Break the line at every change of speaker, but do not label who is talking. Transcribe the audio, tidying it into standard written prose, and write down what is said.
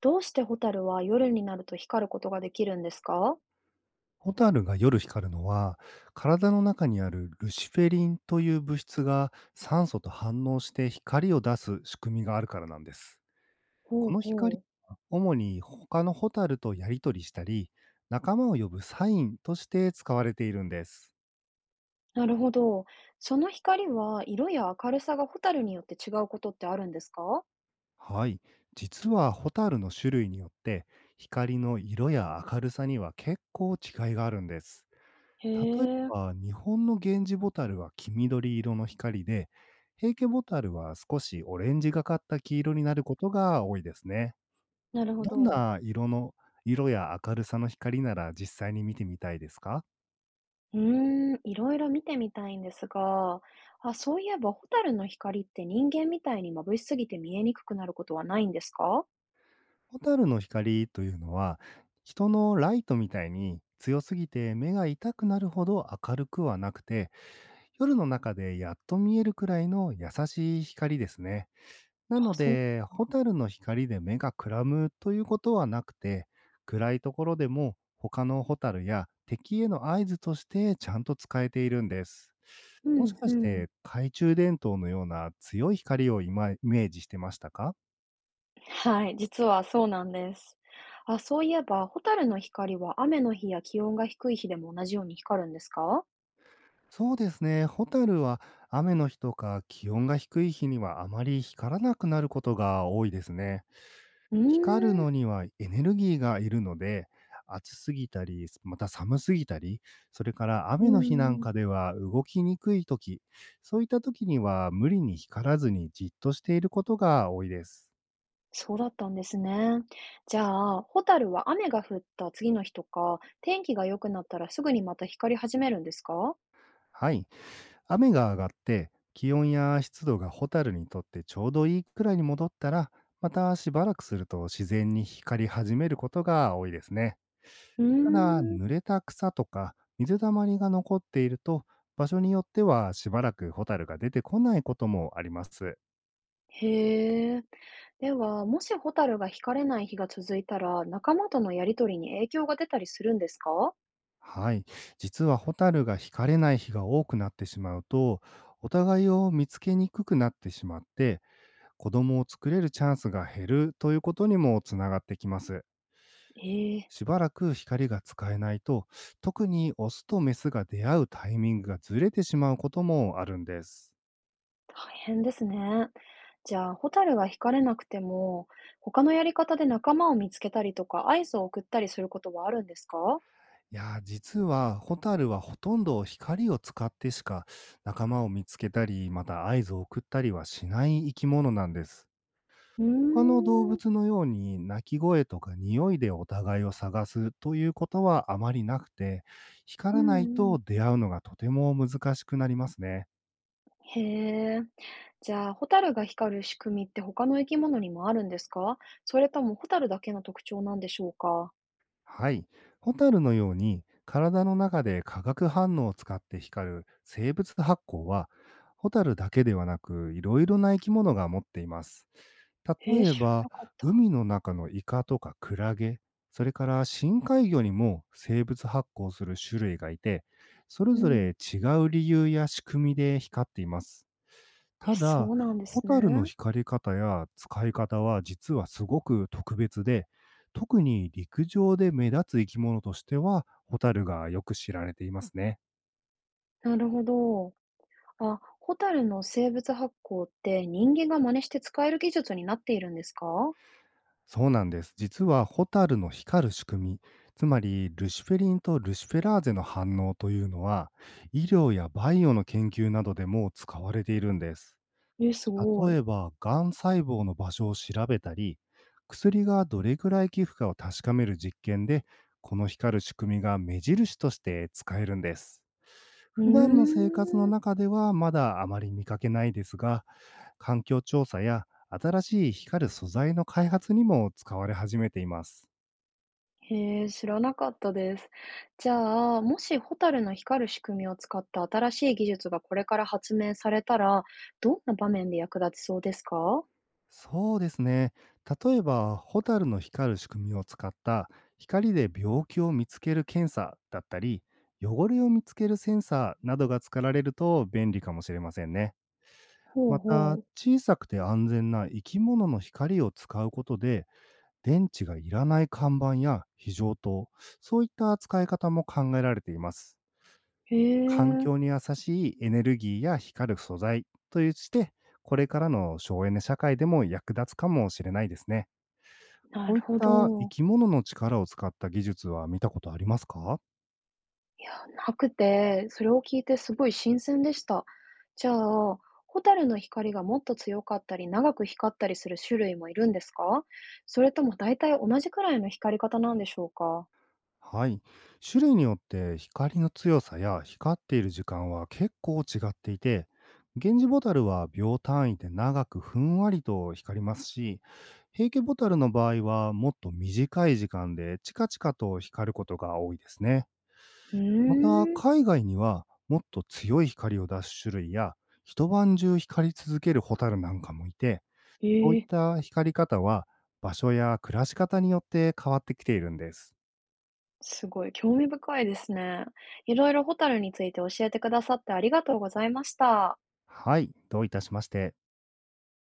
どうしてホタルは夜になると光ることができるんですか？
ホタルが夜光るのは、体の中にあるルシフェリンという物質が酸素と反応して光を出す仕組みがあるからなんです。
ほう
この
ほ
光
う。
は主に他のホタルとやり取りしたり、仲間を呼ぶサインとして使われているんです。
なるほど。その光は色や明るさがホタルによって違うことってあるんですか？
はい。実はホタルの種類によって、光の色や明るさには結構違いがあるんです。
へ
例え
え、
ば、日本のゲンジボタルは黄緑色の光で、ヘイケボタルは少しオレンジがかった黄色になることが多いですね。
なるほ
どん
ど。
な色の色や明るさの光なら実際に見てみたいですか？
いろいろ見てみたいんですが、あ、そういえばホタルの光って人間みたいに眩しすぎて見えにくくなることはないんですか？
ホタルの光というのは、人のライトみたいに強すぎて目が痛くなるほど明るくはなくて、夜の中でやっと見えるくらいの優しい光ですね。な
あ、
の
そう。
で、ホタルの光で目がくらむということはなくて、暗いところでも他のホタルや敵への合図としてちゃんと使えているんです。
う
もし
ん
か
う
し
ん。
て懐中電灯のような強い光をイマイメージしてましたか？
はい、実はそうなんです。あ、そういえばホタルの光は雨の日や気温が低い日でも同じように光るんですか？
そうですね。ホタルは雨の日とか気温が低い日にはあまり光らなくなることが多いですね。
うー
光る
ん、
のにはエネルギーがいるので、暑すぎたり、また寒すぎたり、それから
う
雨の日なん
ん。
かでは動きにくい時、そういった時には無理に光らずにじっとしていることが多いです。
そうだったんですね。じゃあ、ホタルは雨が降った次の日とか、天気が良くなったらすぐにまた光り始めるんですか？
はい。雨が上がって気温や湿度がホタルにとってちょうどいいくらいに戻ったら、またしばらくすると自然に光り始めることが多いですね。
うー
ただ、
ん。
濡れた草とか水たまりが残っていると、場所によってはしばらくホタルが出てこないこともあります。
へえ。では、もしホタルが光れない日が続いたら、仲間とのやりとりに影響が出たりするんですか？
はい。実はホタルが惹かれない日が多くなってしまうと、お互いを見つけにくくなってしまって、子供を作れるチャンスが減るということにもつながってきます。
ええ、
しばらく光が使えないと、特にオスとメスが出会うタイミングがずれてしまうこともあるんです。
大変ですね。じゃあ、ホタルが光れなくても、他のやり方で仲間を見つけたりとか、合図を送ったりすることはあるんですか？
いやー、実はホタルはほとんど光を使ってしか仲間を見つけたり、また合図を送ったりはしない生き物なんです。
うー
他の動
ん。
物のように鳴き声とか匂いでお互いを探すということはあまりなくて、
う
光ら
ん
ない
うん。
と出会うのがとても難しくなりますね。
へえ。じゃあ、ホタルが光る仕組みって他の生き物にもあるんですか？それともホタルだけの特徴なんでしょうか？
はい。ホタルのように体の中で化学反応を使って光る生物発光は、ホタルだけではなく、いろいろな生き物が持っています。
へえ、
例え
知ら
ば、
なかった。
海の中のイカとかクラゲ、それから深海魚にも生物発光する種類がいて、それ
う
ぞ
ん。
れ違う理由や仕組みで光っています。
え
ただ、
そうなんで
ホ
すね。
タルの光り方や使い方は実はすごく特別で、特に陸上で目立つ生き物としては、ホタルがよく知られていますね。
なるほど。あ、ホタルの生物発光って人間が真似して使える技術になっているんですか？
そうなんです。実はホタルの光る仕組み、つまりルシフェリンとルシフェラーゼの反応というのは、医療やバイオの研究などでも使われているんです。
え、すごい。
例えば、がん細胞の場所を調べたり、薬がどれくらい寄付かを確かめる実験で、この光る仕組みが目印として使えるんです。
うー
普段の生活の
ん。
中ではまだあまり見かけないですが、環境調査や新しい光る素材の開発にも使われ始めています。
へえ、知らなかったです。じゃあ、もしホタルの光る仕組みを使った新しい技術がこれから発明されたら、どんな場面で役立ちそうですか？
そうですね。例えば、ホタルの光る仕組みを使った光で病気を見つける検査だったり、汚れを見つけるセンサーなどが作られると便利かもしれませんね。
ほう
ま
ほ
た、
う。
小さくて安全な生き物の光を使うことで、電池がいらない看板や非常灯、そういった使い方も考えられています。
へ
環
え、
境に優しいエネルギーや光る素材として、これからの省エネ社会でも役立つかもしれないですね。
な
こうい
る
っ
ほ
た生
ど。
き物の力を使った技術は見たことありますか？
いや、なくて、それを聞いてすごい新鮮でした。じゃあ、ホタルの光がもっと強かったり、長く光ったりする種類もいるんですか？それとも大体同じくらいの光り方なんでしょうか？
はい。種類によって光の強さや光っている時間は結構違っていて、ゲンジボタルは秒単位で長くふんわりと光りますし、平家ボタルの場合はもっと短い時間でチカチカと光ることが多いですね。
う
また、
ーん。
海外にはもっと強い光を出す種類や、一晩中光り続けるホタルなんかもいて、
え
そういっ
え
た光り方は、場所や暮らし方によって変わってきているんです。
すごい、興味深いですね。いろいろホタルについて教えてくださってありがとうございました。
はい、どういたしまして。